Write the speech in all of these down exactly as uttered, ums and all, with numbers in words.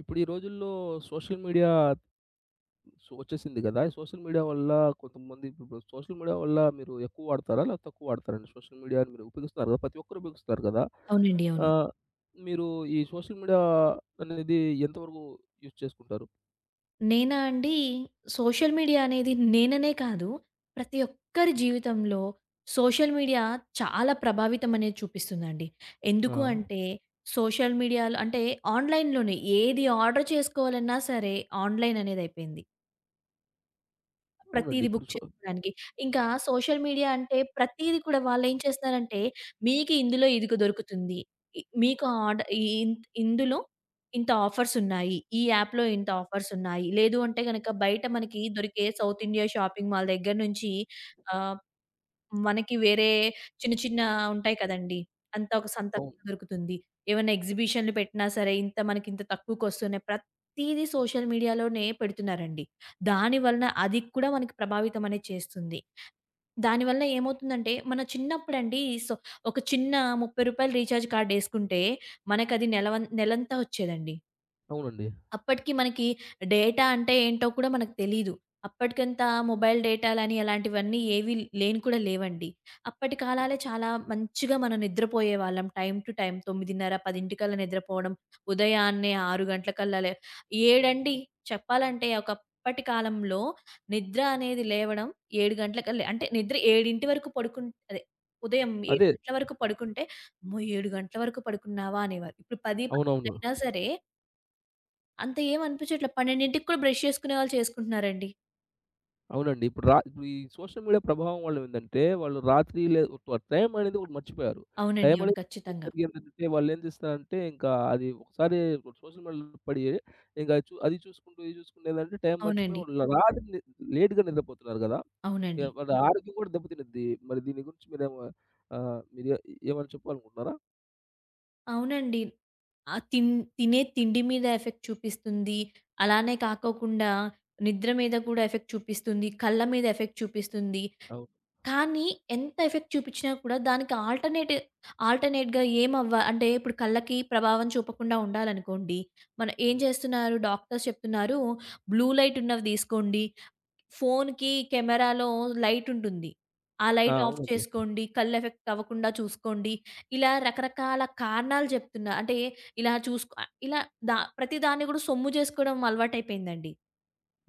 ఇప్పుడు ఈ రోజుల్లో సోషల్ మీడియా సో వచ్చేసింది కదా! ఈ సోషల్ మీడియా వల్ల కొంతమంది ఇప్పుడు సోషల్ మీడియా వల్ల మీరు ఎక్కువ వాడతారా? లేకపోతే తక్కువ వాడతారండి? సోషల్ మీడియాని మీరు ఉపయోగిస్తున్నారు కదా! ప్రతి ఒక్కరు ఉపయోగిస్తున్నారు కదా! అవునండి. అవును. ఆహ్, మీరు ఈ సోషల్ మీడియా అనేది ఎంతవరకు యూజ్ చేసుకుంటారు? నేనా అండి, సోషల్ మీడియా అనేది నేననే కాదు, ప్రతి ఒక్కరి జీవితంలో సోషల్ మీడియా చాలా ప్రభావితం అనేది చూపిస్తుందండి. ఆ! ఎందుకు అంటే, సోషల్ మీడియాలో అంటే ఆన్‌లైన్‌లోనే ఏది ఆర్డర్ చేసుకోవాలన్నా సరే ఆన్‌లైన్ అనేదయిపోయింది. అవునండి. ప్రతీది ఇప్పుడు బుక్ సో చేసుకోడానికి. ఇంకా సోషల్ మీడియా అంటే ప్రతీది కూడా వాళ్ళేం చేస్తున్నారంటే, మీకు ఇందులో ఇదిగో దొరుకుతుంది. ఇ మీకు ఆర్డ ఇ ఇన్ ఇందులో ఇంత ఆఫర్సున్నాయి. ఈ యాప్‌లో ఇంత ఆఫర్సున్నాయి. లేదు అంటే గనక బయట మనకి దొరికే సౌత్ ఇండియా షాపింగ్ మాల్ దగ్గర నుంచి ఆహ్ మనకి వేరే చిన్న చిన్న ఉంటాయి కదండీ! అంతా ఒక సంతలో అవును. దొరుకుతుంది. ఏవన్నా ఎగ్జిబిషన్‌లు పెట్టినా సరే, ఇంత మనకింత తక్కువకొస్తున్నాయి. ప్రతీదీ సోషల్ మీడియాలోనే పెడుతున్నారండి. దాని వలన అది కూడా మనకి ప్రభావితం అనేది చేస్తుంది. దానివల్ల ఏమవుతుందంటే, మన చిన్నప్పుడండి సో, ఒక చిన్న రూ. ముప్పై రీచార్జ్ కార్డ్ యేసుకుంటే, మనకది నెలవన్ నెలంతా వచ్చేదండి. అవునండి. అప్పటికి మనకి డేటా అంటే ఏంటో కూడా మనకు తెలీదు. అప్పటికంత మొబైల్ డేటాలని అలాంటివన్నీ ఏవి లేని కూడా లేవండి. అప్పటి కాలాలే చాలా మంచిగా మనం నిద్రపోయేవాళ్ళం, టైమ్ టు టైమ్ తొమ్మిదిన్నర, పది నిద్రపోవడం. ఉదయాన్నే ఆరు గంటలకల్లా లే ఏడండి చెప్పాలంటే, ఒకప్పటి కాలంలో నిద్ర అనేది లేవడం ఏడు గంటలకల్లే. అంటే నిద్ర ఏడు వరకు పడుకుం అదే ఉదయం ఏడు అదే. గంటల వరకు పడుకుంటే, "అమ్మో! ఏడు గంటల వరకు పడుకున్నావా?" అనేవారు. ఇప్పుడు పది, పదకొండు అవునవును. అయినా సరే అంత ఏం అనిపించట్లే. పన్నెండుకి కూడా బ్రష్ చేసుకునే వాళ్ళు చేసుకుంటున్నారండి. అవునండి. ఇప్పుడు రా ఇప్పుడు ఈ సోషల్ మీడియా ప్రభావం వల్ల ఏందంటే, వాళ్ళు రాత్రి లే టైం అనేది ఒకటి మర్చిపోయారు. అవునండి. టైం అవును. అనేది ఖచ్చితంగా. సరిగ్గా ఏందంటే వాళ్ళేం చేస్తారంటే, ఇంకా అది ఒకసారి సోషల్ మీడియాలో పడి, ఇంకా చూ అది చూసుకుంటూ, ఇది చూసుకుంటూ ఏందంటే టైం మర్చిపోయి అవునండి. వాళ్ళు రాత్రి లే లేట్‌గా నిద్రపోతున్నారు కదా! ఇగ అవునండి. వాళ్ళ ఆరోగ్యం కూడా దెబ్బతినిద్ది. మరి దీని గురించి మీరేమ ఆహ్, మీరు ఏ- ఏమైనా చెప్పాలనుకుంటున్నారా? అవునండి. ఆ తిన్ తినే తిండి మీద ఎఫెక్ట్ చూపిస్తుంది. అలానే కాకోకుండా నిద్ర మీద కూడా ఎఫెక్ట్ చూపిస్తుంది. కళ్ళ మీద ఎఫెక్ట్ చూపిస్తుంది. అవును. కానీ ఎంత ఎఫెక్ట్ చూపించినా కూడా దానికి ఆల్టర్‌నేట్ ఆల్టర్‌నేట్‌గా ఏం అవ్వ అంటే, ఇప్పుడు కళ్ళకి ప్రభావం చూపకుండా ఉండాలనుకోండి. మనం ఏం హ్మ్. చేస్తున్నారు డాక్టర్స్ చెప్తున్నారు, "బ్లూ లైట్ ఉన్నవి తీసుకోండి. ఫోనుకి కెమెరాలో లైటుంటుంది. ఆ ఆ! లైట్ ఆఫ్ అవునండి. చేసుకోండి. కళ్ళు ఎఫెక్ట్ అవ్వకుండా చూసుకోండి." ఇలా రకరకాల కారణాలు జెప్తున్నా. అంటే ఇలా చూసుకో ఆహ్, ఇలా దా ప్రతి దాన్ని గూడా సొమ్ము జేసుకోవడం అలవాటయిపోయిందండి.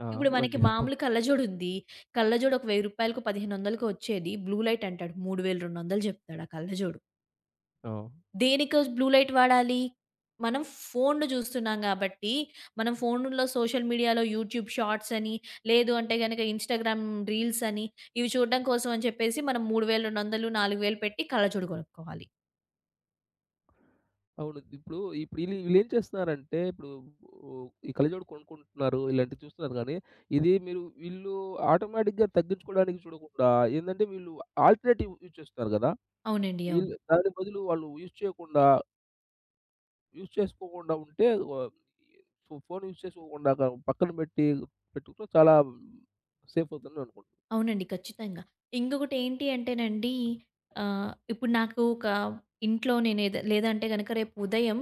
ఆ! ఇప్పుడు మనకి అవునండి. అవును. మామూలు కళ్ళజోడుంది. కళ్ళజోడు ఒక రూ. వెయ్యికో, వెయ్యిన్నరకో వచ్చేది. బ్లూ లైట్ అంటాడు. మూడు వేలు, రెండు వేలు జెప్తాడు ఆ కళ్ళజోడు. ఆ! దేనికి బ్లూ లైట్ వాడాలి? మనం ఫోన్లు చూస్తున్నాం గాబట్టి, మనం ఫోనుల్లో సోషల్ మీడియాలో యూట్యూబ్ షార్ట్స్ అని, లేదు అంటే గనక ఇన్‌స్టాగ్రామ్ రీల్స్ అని, ఇవి చూడడం కోసం అని చెప్పేసి మనం మూడు వేల రెండు వందలు, నాలుగు వేలు పెట్టి కళ్ళజోడు కొనుక్కోవాలి. అవును. ఇప్పుడు ఇప్పుడు ఈళ్ళు వీళ్ళేం చేస్తున్నారంటే, ఇప్పుడు ఓహ్, ఈ కళ్ళజోడు కొనుక్కుంటున్నారు, ఇలాంటివి చూస్తున్నారు గానీ, ఇది మీరు వీళ్ళు ఆటోమేటిక్‌గా తగ్గించుకోవడానికి చూడకుండా, ఏందంటే వీళ్ళు ఆల్టర్‌నేటివ్ యూజ్ చేస్తున్నారు గదా! అవునండి. అవును. వీళ్ళు దాని బదులు వాళ్ళు యూజ్ చేయకుండా, యూజ్ చేసుకోకుండా ఉంటే వ ఫో ఫోను యూజ్ చేసుకోకుండా క పక్కన పెట్టి పెట్టుకుంటే చాలా సేఫవుతుందని నేను అనుకుంటున్నాను. అవునండి. ఖచ్చితంగా. ఇంకొకటేంటి అంటేనండి, ఆహ్, ఇప్పుడు నాకు ఒక ఇంట్లో నేనేద లేదంటే గనక రేపు ఉదయం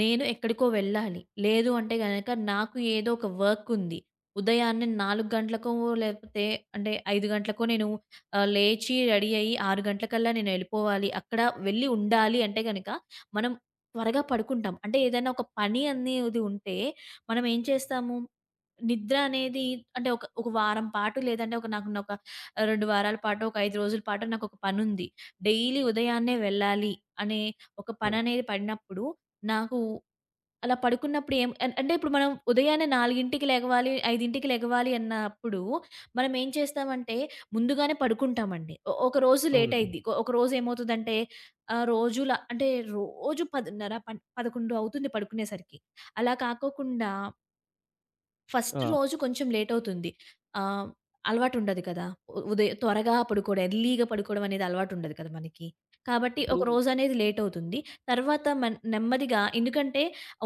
నేను ఎక్కడికో వెళ్ళాలి. లేదు అంటే గనక నాకు ఏదో ఒక వర్క్ ఉంది. ఉదయాన్నే నాలుగు గంటలకో లేకపోతే అంటే ఐదు గంటలకో నేను ఆహ్, లేచి రెడీ అయ్యి ఆరు గంటలకల్లా నేను వెళ్ళిపోవాలి. అక్కడ వెళ్ళి ఉండాలి అంటే గనక మనం త్వరగా పడుకుంటాం. అంటే ఏదైనా ఒక పని అనేది ఉంటే మనం ఏం చేస్తాము? నిద్ర అనేది అంటే ఒక, ఒక వారం పాటు, లేదంటే ఒక నాకున్న ఒక రెండు వారాల పాటు, ఒక ఐదు రోజుల పాటు నాకొక పనుంది. డైలీ ఉదయాన్నే వెళ్ళాలి అనే ఒక ఓహ్! పననేది పడినప్పుడు నాకు అలా పడుకున్నప్పుడు ఏం అన్ అంటే ఇప్పుడు మనం ఉదయాన్నే నాలుగుకి లెగవాలి, ఐదుకి లెగవాలి అన్నప్పుడు మనం ఏం చేస్తామంటే ముందుగానే పడుకుంటామండి. ఒ ఒక రోజు లేట్ అవునండి. అయ్యిద్ది. ఒక రోజు ఏమవుతదంటే, ఆహ్, రోజుల అంటే రోజు పదిన్నర, పన్ పదకొండు అవుతుంది పడుకునేసరికి. అలా కాకోకుండా ఫస్ట్ ఆ! రోజు కొంచెం లేటవుతుంది. ఆహ్, అలవాటుండదు కదా! ఉ ఉదయ త్వరగా పడుకోవడం, ఎర్లీగా పడుకోవడం అనేది అలవాటుండదు కదా మనకి. కాబట్టి ఒక ఇప్పుడు రోజనేది లేటవుతుంది. తర్వాత మన్ నెమ్మదిగా ఎందుకంటే,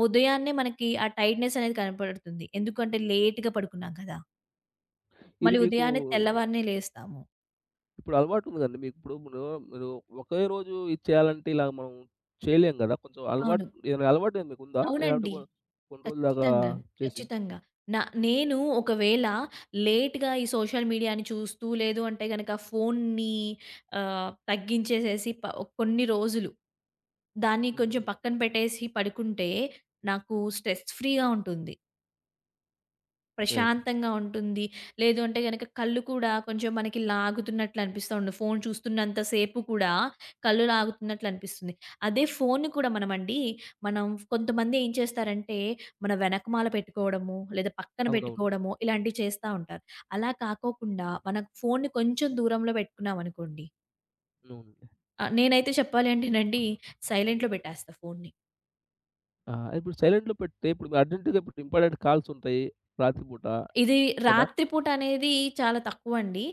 ఉదయాన్నే మనకి ఆ టైర్డ్‌నెస్ అనేది కనపడుతుంది. ఎందుకంటే లేట్‌గా పడుకున్నాం కదా! ఇది మళ్ళీ మీకు ఉదయాన్నే తెల్లవారినే లేస్తాము. ఇప్పుడు అలవాటు ఉంది కదండీ. మీకు ఇప్పుడు మీరు మీరు ఒకే రోజు ఇది చేయాలంటే ఇలా మనం చేయలేం గదా! కొంచెం అలవాటు అవును. ఏదైనా అలవాటు ఏమైనా మీకుందా? లేదంటే అవునండి. కొ కొన్ని రోజుల దాకా ఖచ్చితంగా. చేసి ఖచ్చితంగా. నా నేను ఒకవేళ లేట్‌గా ఈ సోషల్ మీడియాని చూస్తూ, లేదు అంటే గనక ఫోన్‌ని ఆహ్, తగ్గించేసేసి ప కొన్ని రోజులు దాన్ని హ్మ్. కొంచెం హ్మ్. పక్కన పెట్టేసి పడుకుంటే, నాకు స్ట్రెస్ ఫ్రీగా ఉంటుంది. అదేనండి. ప్రశాంతంగా ఉంటుంది. లేదు అంటే గనక కళ్ళు కూడా కొంచెం మనకి లాగుతున్నట్లు అనిపిస్తా ఉండు. ఫోను చూస్తున్నంత సేపు కూడా కళ్ళు లాగుతున్నట్లు అనిపిస్తుంది. అదే ఫోన్‌ని కూడా మనమండి మనం కొంతమంది ఏం చేస్తారంటే, మన వెనకమాల పెట్టుకోవడము, లేదా పక్కన అవునవును. పెట్టుకోవడము ఇలాంటివి చేస్తా ఉంటారు. అలా కాకోకుండా మన ఫోన్‌ని కొంచెం దూరంలో పెట్టుకున్నామనుకోండి. అవునండి. ఆహ్, నేనైతే చెప్పాలి అంటేనండి, సైలెంట్‌లో పెట్టేస్తా ఫోన్‌ని. ఆ! ఇప్పుడు సైలెంట్‌లో పెడితే ఇప్పుడు అర్జెంట్‌గా ఇప్పుడు ఇంపార్టెంట్ కాల్స్ ఉంటాయి రాత్రి పూట ఇది కదా! రాత్రి పూట అనేది చాలా తక్కువండి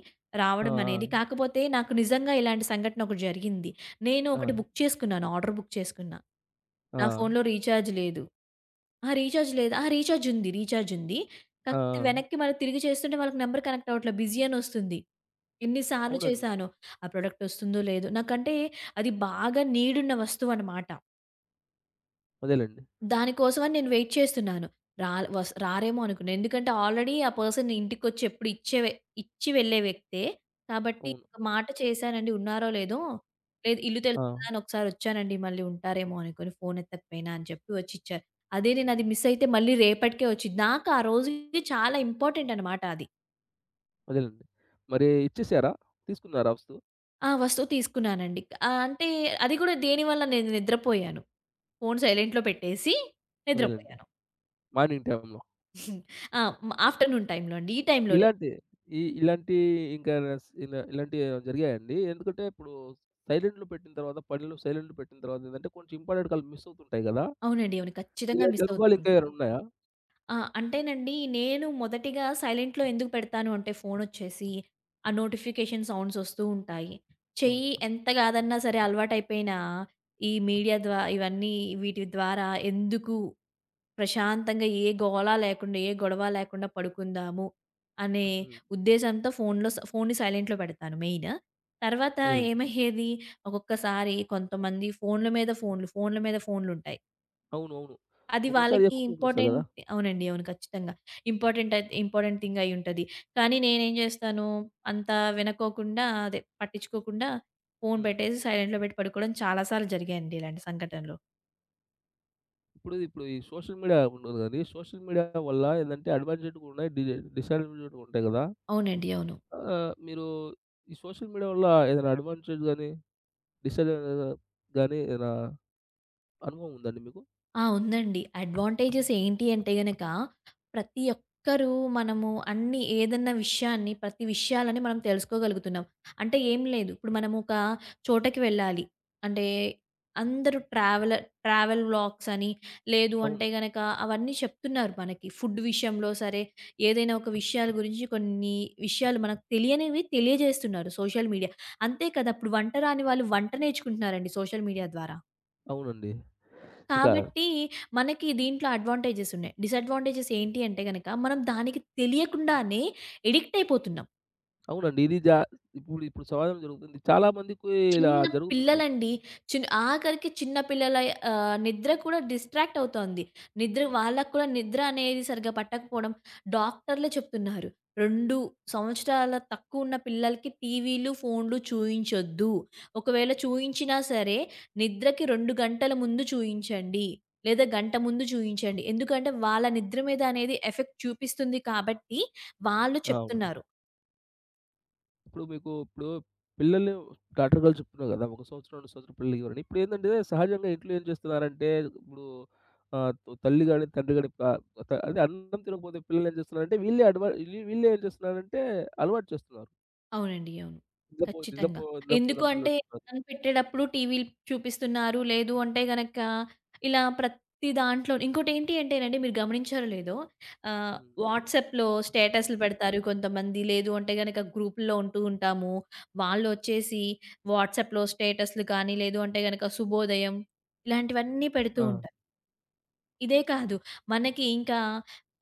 ఆ! రావడమనేది. కాకపోతే నాకు నిజంగా ఇలాంటి సంఘటన ఒకటి జరిగింది. నేను ఆ! ఒకటి ఆ! బుక్ చేసుకున్నాను. ఆర్డర్ బుక్ చేసుకున్నా. నా ఫోన్‌లో రీచార్జ్ లేదు. ఆ! రీచార్జ్ లేదు. ఆ! రీచార్జ్ ఉంది. రీచార్జ్ ఉంది. ఆ! ఆ! కాకపోతే వెనక్కి మళ్ళీ తిరిగి చేస్తుంటే వాళ్ళకి నంబర్ కనెక్ట్ అవ్వట్లే. బిజీ అనొస్తుంది. ఎన్ని సార్లు అవునండి. చేశానో. ఆ ప్రొడక్ట్ వస్తుందో లేదో. నాకంటే అది బాగా నీడున్న వస్తువనమాట. అదేలెండి. దాని కోసమని నేను వెయిట్ చేస్తున్నాను. రా వస్ రారేమో అనుకున్నా. ఎందుకంటే ఆల్రెడీ ఆ పర్సన్ ఇంటికొచ్చి ఎప్పుడు ఇచ్చేవే ఇచ్చి వెళ్ళే వ్యక్తే. కాబట్టి అవును. ఒక మాట చేశానండి ఉన్నారో లేదో, లేదు ఇల్లు ఆ! తెలుసు కదా అని ఒకసారొచ్చానండి మళ్ళీ ఉంటారేమో అనుకోని ఫోన్ ఎత్తకపోయినా అని చెప్పి వచ్చిచ్చారు. అదే నేను అది మిస్ అయితే మళ్ళీ రేపటికే వచ్చింది. నాకు ఆ రోజుకి చాలా ఇంపార్టెంట్ అనమాట అది. అదేలెండి. మరి ఇచ్చేసారా? తీసుకున్నారా వస్తువు? ఆ వస్తువు తీసుకున్నానండి. ఆహ్, అంటే అది కూడా దేనివల్ల నేను నిద్రపోయాను. ఫోన్ సైలెంట్‌లో పెట్టేసి అదేలెండి. నిద్రపోయాను. మార్నింగ్ టైమ్‌లో. ఆ! ఆఫ్టర్‌నూన్ టైమ్‌లో అండి. ఈ టైమ్‌లో ఇలాంటి ఈ ఇలాంటి ఇంకా స్ ఇలా ఇలాంటివి జరిగాయండి. ఎందుకంటే ఇప్పుడు సైలెంట్‌లో పెట్టిన తర్వాత పనిలో సైలెంట్‌లో పెట్టిన తర్వాత ఏందంటే కొంచెం ఇంపార్టెంట్ కాల్ మిస్ అవుతుంటాయి గదా! అవునండి. అవును. ఖచ్చితంగా ఇలాంటి మిస్ అవుతూ అనుభవాలు ఇంకా ఉంటా. ఏమైనా ఉన్నాయా? ఆ! అంటేనండి నేను మొదటిగా సైలెంట్‌లో ఎందుకు పెడతాను అంటే ఫోనొచ్చేసి ఆ నోటిఫికేషన్ సౌండ్స్ వస్తూ ఉంటాయి. చెయ్యి అవును. ఎంత కాదన్నా సరే అలవాటైపోయినా ఈ మీడియా ద్వా ఇవన్నీ వీటి ద్వారా ఎందుకు ప్రశాంతంగా ఏ గోల లేకుండా, ఏ గొడవ లేకుండా పడుకుందాము అనే హ్మ్. ఉద్దేశంతో ఫోన్‌లో స ఫోన్‌ని సైలెంట్‌లో పెడతాను మెయిన్. తర్వాత అదేలెండి. ఏమయ్యేది ఒక్కొక్కసారి కొంతమంది ఫోన్‌ల మీద ఫోన్‌లు, ఫోన్‌ల మీద ఫోన్‌లుంటాయి. అవును. అవును. అది ఒక్కోసారి వాళ్ళకి ఎక్కువ కోపమొస్తాయి ఇంపార్టెంట్. గదా! అవునండి. అవును. ఖచ్చితంగా. ఇంపార్టెంట్ అయి ఇంపార్టెంట్ థింగ్ అయ్యుంటది. కానీ నేనేం జేస్తాను, అంత వినుకోకుండా అదే పట్టించుకోకుండా ఫోను హ్మ్. పెట్టేసి సైలెంట్‌లో పెట్టి పడుకోవడం చాలా సార్లు జరిగాయండి ఇలాంటి సంఘటనలు. ఇప్పుడు ఇప్పుడు ఈ సోషల్ మీడియా ఉండదు గానీ, సోషల్ మీడియా వల్ల ఏందంటే అడ్వాంటేజ్ కూడా ఉన్నాయి. డి డిసడ్వాంటేజ్ కూడా ఉంటాయి గదా! అవునండి. అవును. ఆహ్, మీరు ఈ సోషల్ మీడియా వల్ల ఏదైనా అడ్వాంటేజ్ గాని, డిసడ్వాంటేజ్ గాని ఏదైనా అనుభవం ఉందా అండి మీకు? ఆ! ఉందండి. అడ్వాంటేజెస్ ఏంటి అంటే గనక, ప్రతి ఒక్కరూ మనము అన్ని ఏదన్నా విషయాన్ని, ప్రతి విషయాలని మనం తెలుసుకోగలుగుతున్నాం. అంటే ఏం లేదు, ఇప్పుడు మనము ఒక చోటకి వెళ్ళాలి అంటే, అందరూ ట్రావెలర్ ట్రావెల్ వ్లాగ్స్ అని, లేదు అంటే అవును. గనక అవన్నీ చెప్తున్నారు మనకి. ఫుడ్ విషయంలో సరే, ఏదైనా ఒక విషయాల గురించి కొన్ని విషయాలు మనకు తెలియనివి తెలియజేస్తున్నారు సోషల్ మీడియా. అంతే కదా! ఇప్పుడు వంట రాని వాళ్ళు వంట నేర్చుకుంటున్నారండి సోషల్ మీడియా ద్వారా. అవునండి. ఇక కాబట్టి మనకి దీంట్లో అడ్వాంటేజెస్ ఉన్నాయి. డిసడ్వాంటేజెస్ ఏంటి అంటే గనక, మనం దానికి తెలియకుండానే ఎడిక్ట్ అయిపోతున్నాం. అవునండి. ఇది జా ఇప్పుడు ఇప్పుడు సమాజంలో జరుగుతుంది. చాలా మందికి ఇలా చిన్న జరుగుతుంది. పిల్లలండి. చిన్ ఆఖరికి చిన్న పిల్లల ఆహ్, నిద్ర కూడా డిస్ట్రాక్ట్ అవుతోంది. నిద్ర వాళ్ళకి కూడా నిద్ర అనేది సరిగ్గా పట్టకపోవడం, డాక్టర్లే చెప్తున్నారు. రెండు సంవత్సరాల తక్కువున్న పిల్లలకి టీవీలు, ఫోన్‌లు చూయించొద్దు. ఒకవేళ చూయించినా సరే నిద్రకి రెండు గంటల ముందు చూయించండి. లేదా గంట ముందు చూయించండి. ఎందుకంటే వాళ్ళ నిద్ర మీద అనేది ఎఫెక్ట్ చూపిస్తుంది కాబట్టి వాళ్ళు అవును. చెప్తున్నారు. ఇప్పుడు మీకు ఇప్పుడు పిల్లల్ని డాక్టర్ గారు చెప్తున్నారు కదా! ఒక సంవత్సరం, రెండు సంవత్సరం పిల్లలు ఇవ్వరని. ఇప్పుడేందంటే సహజంగా ఇంట్లో ఏం చేస్తున్నారంటే ఇప్పుడు ఆహ్, తల్లి గాని, తండ్రి గాని ప త అదే అన్నం తినకపోతే పిల్లలు ఏం చేస్తున్నారంటే వీళ్ళే అడవ వీళ్ళు వీళ్ళే ఏం చేస్తున్నారంటే అలవాటు చేస్తున్నారు. అవునండి. అవును. నిద్రపో ఖచ్చితంగా. నిద్రపో ఎందుకు నిద్రపోయినప్పుడు అంటే అన్నం పెట్టేటప్పుడు టీవీలు చూపిస్తున్నారు. లేదు అంటే గనక ఇలా ప్రతి దాంట్లో ఇంకోటేంటి అంటేనండి మీరు గమనించారో లేదో, ఆహ్, హ్మ్. వాట్సాప్‌లో స్టేటస్‌లు పెడతారు కొంతమంది. లేదు అంటే గనక గ్రూపుల్లో ఉంటూ ఉంటాము. వాళ్ళొచ్చేసి వాట్సాప్‌లో స్టేటస్‌లు కానీ, లేదు అంటే గనక శుభోదయం ఇలాంటివన్నీ పెడుతూ ఆ! ఉంటారు. ఇదే కాదు. మనకి ఇంకా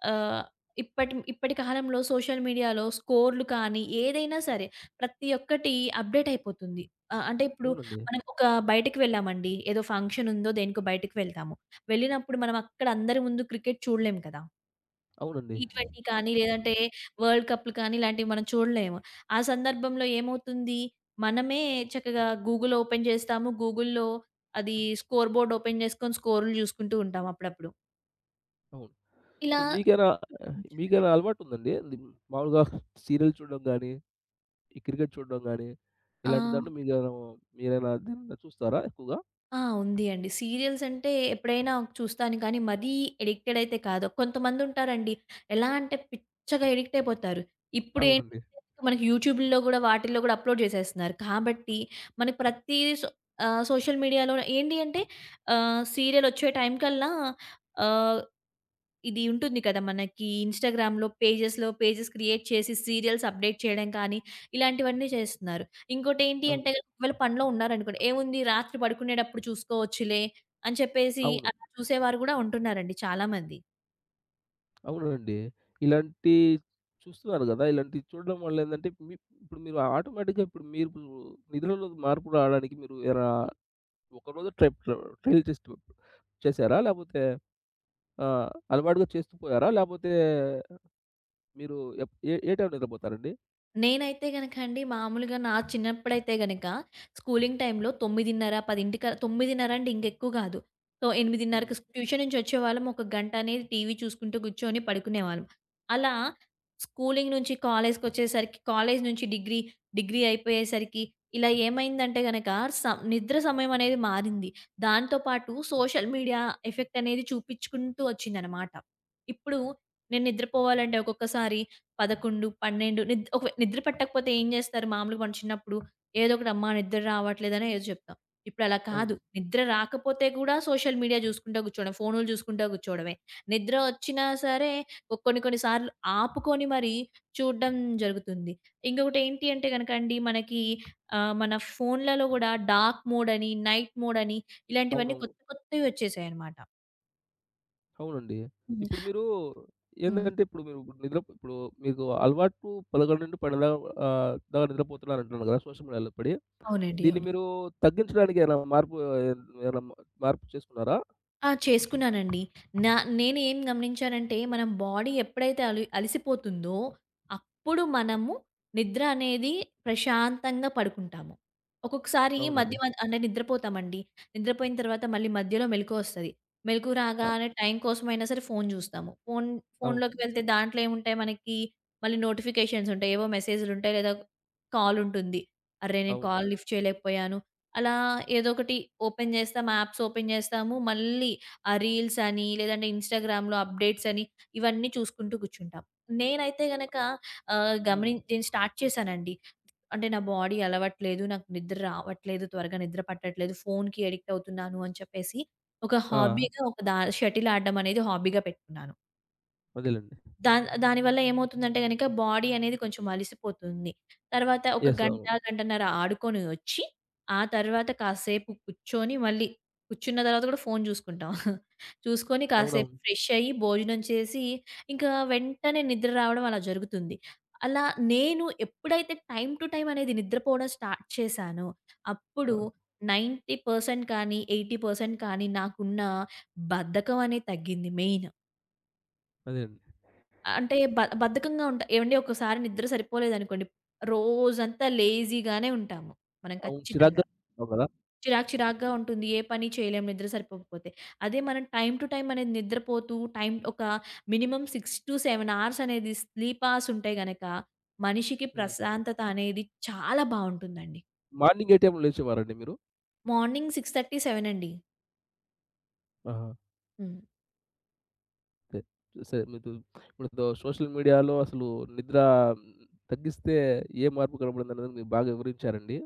ఆహ్, ఇప్పటి ఇప్పటి కాలంలో సోషల్ మీడియాలో స్కోర్‌లు కానీ, ఏదైనా సరే ప్రతి ఒక్కటి అప్‌డేట్ అయిపోతుంది. ఆహ్, అంటే ఇప్పుడు అవునండి. మనం ఒక బయటికి వెళ్ళామండి. ఏదో ఫంక్షన్ ఉందో దేనికో బయటికి వెళ్తాము. వెళ్ళినప్పుడు మనం అక్కడ అందరి ముందు క్రికెట్ చూడలేం కదా! అవునండి. టీ ఇరవై కానీ, లేదంటే వరల్డ్ కప్‌లు కానీ ఇలాంటివి మనం చూడలేము. ఆ సందర్భంలో ఏమవుతుంది? మనమే చక్కగా గూగుల్ ఓపెన్ చేస్తాము. గూగుల్‌లో అది స్కోర్ బోర్డ్ ఓపెన్ చేసుకొని స్కోర్‌లు చూసుకుంటూ ఉంటాం అప్పుడప్పుడు. అవును. ఇలా ఇప్పుడు మీకేనా హ్మ్. చెప్పండి. మీకేనా అలవాటుందండి? అది మామూలుగా సీరియల్ చూడడం గాని, ఈ క్రికెట్ చూడడం గాని, ఇలాంటి ఆహ్, దాంట్లో మీకేమైనా మీరైనా దీన్ని చూస్తారా ఎక్కువగా? ఆ! ఉంది అండి. సీరియల్స్ అంటే ఎప్పుడైనా చూస్తాను కానీ మరీ ఎడిక్టెడ్ అయితే కాదు. కొంతమందుంటారండి, ఎలా అంటే పిచ్చగా ఎడిక్ట్ అయిపోతారు. ఇప్పుడేంటి అవునండి. మనకి యూట్యూబ్‌లో గూడా వాటిల్లో గూడా అప్‌లోడ్ చేసేస్తున్నారు. కాబట్టి మనకి ప్రతి సో ఆహ్, సోషల్ మీడియాలో ఏంటి అంటే, ఆహ్, సీరియల్ వచ్చే టైం కల్లా ఆహ్ ఇది ఉంటుంది కదా! మనకి ఇన్‌స్టాగ్రామ్‌లో పేజెస్‌లో పేజెస్ క్రియేట్ చేసి సీరియల్స్ అప్‌డేట్ చేయడం కానీ, ఇలాంటివన్నీ చేస్తున్నారు. ఇంకోటేంటి అంటే అవును. గనుక ఒకవేళ పనిలో ఉన్నారనుకోండి, ఏముంది రాత్రి పడుకునేటప్పుడు చూసుకోవచ్చులే అని చెప్పేసి అవును. అలా చూసేవారు గూడా ఉంటున్నారండి చాలామంది. అవునండి. ఇలాంటి చూస్తున్నారు గదా! ఇలాంటివి చూడడం వల్ల ఏందంటే మీ ఇప్పుడు మీరు ఆటోమేటిక్‌గా ఇప్పుడు మీరు నిద్రలో మార్పు రావడానికి మీరు ఏమైనా ఒకరోజు ట్రై ట్రయల్ టెస్ట్ చేసారా? లేపోతే ఆహ్, అలవాటుగా చేస్తూ పోయారా? లేపోతే మీరు ఎప్ ఏ ఏ టైంలో నిద్రపోతారండి? నేనైతే గనక అండి మామూలుగా నా చిన్నప్పుడైతే గనక స్కూలింగ్ టైంలో 9:30, 10క తొమ్మిదిన్నర అంటే ఇంకెక్కువ కాదు. సో హ్మ్. 8:30కి స్ ట్యూషన్ నుంచి వచ్చేవాళ్ళం. ఒక గంట అనేది టీవీ చూసుకుంటూ కూర్చొని పడుకునేవాళ్ళం. అలా స్కూలింగ్ నుంచి కాలేజ్‌కొచ్చేసరికి, కాలేజ్ నుంచి డిగ్రీ, డిగ్రీ అయిపోయేసరికి ఇలా ఏమైందంటే గనక సం నిద్ర సమయం అనేది మారింది. దాంతో పాటు సోషల్ మీడియా ఎఫెక్ట్ అనేది చూపించుకుంటూ వచ్చిందనమాట. ఇప్పుడు నేను నిద్రపోవాలంటే ఒక్కొక్కసారి పదకొండు, పన్నెండు నిద్ ఒక నిద్ర పట్టకపోతే ఏం జేస్తారు మామూలుగా? మనం చిన్నప్పుడు ఏదో ఒకటి, అమ్మా నిద్ర రావట్లేదనో ఏదో చెప్తాం. ఇప్పుడలా కాదు. అవును. నిద్ర రాకపోతే గూడా సోషల్ మీడియా జూసుకుంటా గూర్చోవడం, ఫోనులు జూసుకుంటా గూర్చోవడమే. నిద్ర వచ్చినా సరే కొ- కొన్ని కొన్ని సార్లు ఆపుకొని మరి చూడడం జరుగుతుంది. ఇంకొకటేంటి అంటే గనకండి మనకి ఆహ్, మన ఫోన్లలో గూడా డార్క్ మోడ్ అని, నైట్ మోడ్ అని ఇలాంటివన్నీ అవునవును. కొత్త కొత్తవి వచ్చేసాయన్నమాట. అవునండి. హ్మ్. ఇప్పుడు మీరు హ్మ్. ఏందంటే ఇప్పుడు మీరు నిద్ర ఇప్పుడు మీకు అలవాటు పదకొండు పన్నెండు ఆహ్, దాకా నిద్రపోతున్నారంటున్నారు కదా! సోషల్ మీడియాలో పడి. అవునండి. దీన్ని అవును. మీరు తగ్గించడానికి ఏమైనా మార్పు ఏమైనా మార్పు చేసుకున్నారా? ఆ! చేసుకున్నానండి. నా నేనేం గమనించానంటే, మనం బాడీ ఎప్పుడైతే అలి అలిసిపోతుందో, అప్పుడు హ్మ్. మనము నిద్ర అనేది ప్రశాంతంగా పడుకుంటాము. ఒక్కొక్కసారి మధ్య అవునండి. మధ్ అంటే నిద్రపోతామండి. నిద్రపోయిన తర్వాత మళ్ళీ మధ్యలో మెలుకువొస్తది. మెలుకువ అ రాగానే టైం కోసమైనా సరే ఫోను జూస్తాము. ఫోన్ ఫోనులోకి అవును. వెళ్తే దాంట్లో ఏముంటాయి మనకి, మళ్ళీ నోటిఫికేషన్స్ ఉంటాయి. ఏవో మెసేజులుంటాయి, లేదా కాలుంటుంది. అర్రే! నేను అవును. కాల్ లిఫ్ట్ చేయలేకపోయాను. అలా ఏదో ఒకటి ఓపెన్ చేస్తాం. యాప్స్ ఓపెన్ చేస్తాము. మళ్ళీ ఆ రీల్స్ అని, లేదంటే ఇన్‌స్టాగ్రామ్‌లో అప్డేట్స్ అని ఇవన్నీ చూసుకుంటూ కూర్చుంటాం. నేనైతే గనక ఆహ్, హ్మ్. గమనిం నేను స్టార్ట్ చేశానండి. అంటే నా బాడీ అలవట్లేదు. నాకు నిద్ర రావట్లేదు. త్వరగా నిద్ర పట్టట్లేదు. ఫోన్‌కి అడిక్ట్ అవుతున్నాను అని చెప్పేసి ఒక ఆ! హాబీగా ఒక దా షటిల్ ఆడడం అనేది హాబీగా పెట్టుకున్నాను. అదేలెండి. దాన్ దానివల్ల ఏమవుతుందంటే గనక బాడీ అనేది కొంచెం అలిసిపోతుంది. తర్వాత ఒక యెస్. గంట, అవును. గంటన్నర ఆడుకొని వచ్చి, ఆ తర్వాత కాసేపు కూర్చొని మళ్ళీ కూర్చున్న తర్వాత కూడా ఫోను చూసుకుంటాం. చూసుకొని కాసేపు అవునవును. ఫ్రెష్ అయ్యి, భోజనం చేసి, ఇంకా వెంటనే నిద్ర రావడం అలా జరుగుతుంది. అలా నేను ఎప్పుడైతే టైమ్ టు టైమ్ అనేది నిద్రపోవడం స్టార్ట్ చేశానో, అప్పుడు ఆ! తొంభై శాతం కానీ, ఎనభై శాతం కానీ నాకున్న బద్ధకం అనేది తగ్గింది మెయిన్. అదే అండి. అంటే బ బద్ధకంగా ఉంటా ఏవండీ, ఒక్కసారి నిద్ర సరిపోలేదనుకోండి, రోజంతా లేజీగానే ఉంటాము. మనం అవును. ఖచ్చితంగా. చిరాగ్గా ఉంటాం కదా! చిరాకు చిరాకుగా ఉంటుంది. ఏ పని చేయలేము నిద్ర సరిపోకపోతే. అదే మనం టైమ్ టు టైమ్ అనేది నిద్రపోతూ టైమ్ ఒక మినిమమ్ ఆరు ఏడు అవర్స్ అనేది స్లీప్ అవర్స్ ఉంటే గనక మనిషికి హ్మ్. ప్రశాంతత అనేది చాలా బావుంటుందండి. మార్నింగ్ ఏ టైమ్‌లో లేచేవారండి మీరు? మార్నింగ్ ఆరున్నర, ఏడు అండి. ఆహా! హ్మ్. తే సే మీతు ఇప్పుడు దో సోషల్ మీడియాలో అసలు నిద్ర తగ్గిస్తే ఏ మార్పు కనపడిందనేది మీరు బాగా వివరించారండి.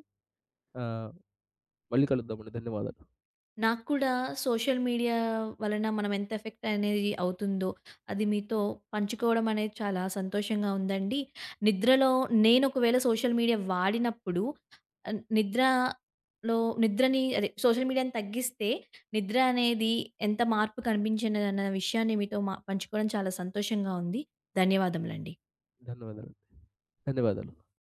ఆహ్, మళ్ళీ కలుద్దామండి. ధన్యవాదాలు. నాకు కూడా సోషల్ మీడియా వలన మనం ఎంత ఎఫెక్ట్ అనేది అవుతుందో, అది మీతో పంచుకోవడం అనేది చాలా సంతోషంగా ఉందండి. నిద్రలో నేను ఒకవేళ సోషల్ మీడియా వాడినప్పుడు ఆహ్, నిద్రలో నిద్రని అదే సోషల్ మీడియాని తగ్గిస్తే నిద్ర అనేది ఎంత మార్పు కనిపించినదన్న విషయాన్ని మీతో మా పంచుకోవడం చాలా సంతోషంగా ఉంది. ధన్యవాదములండి. ధన్యవాదాలు. ధన్యవాదాలు.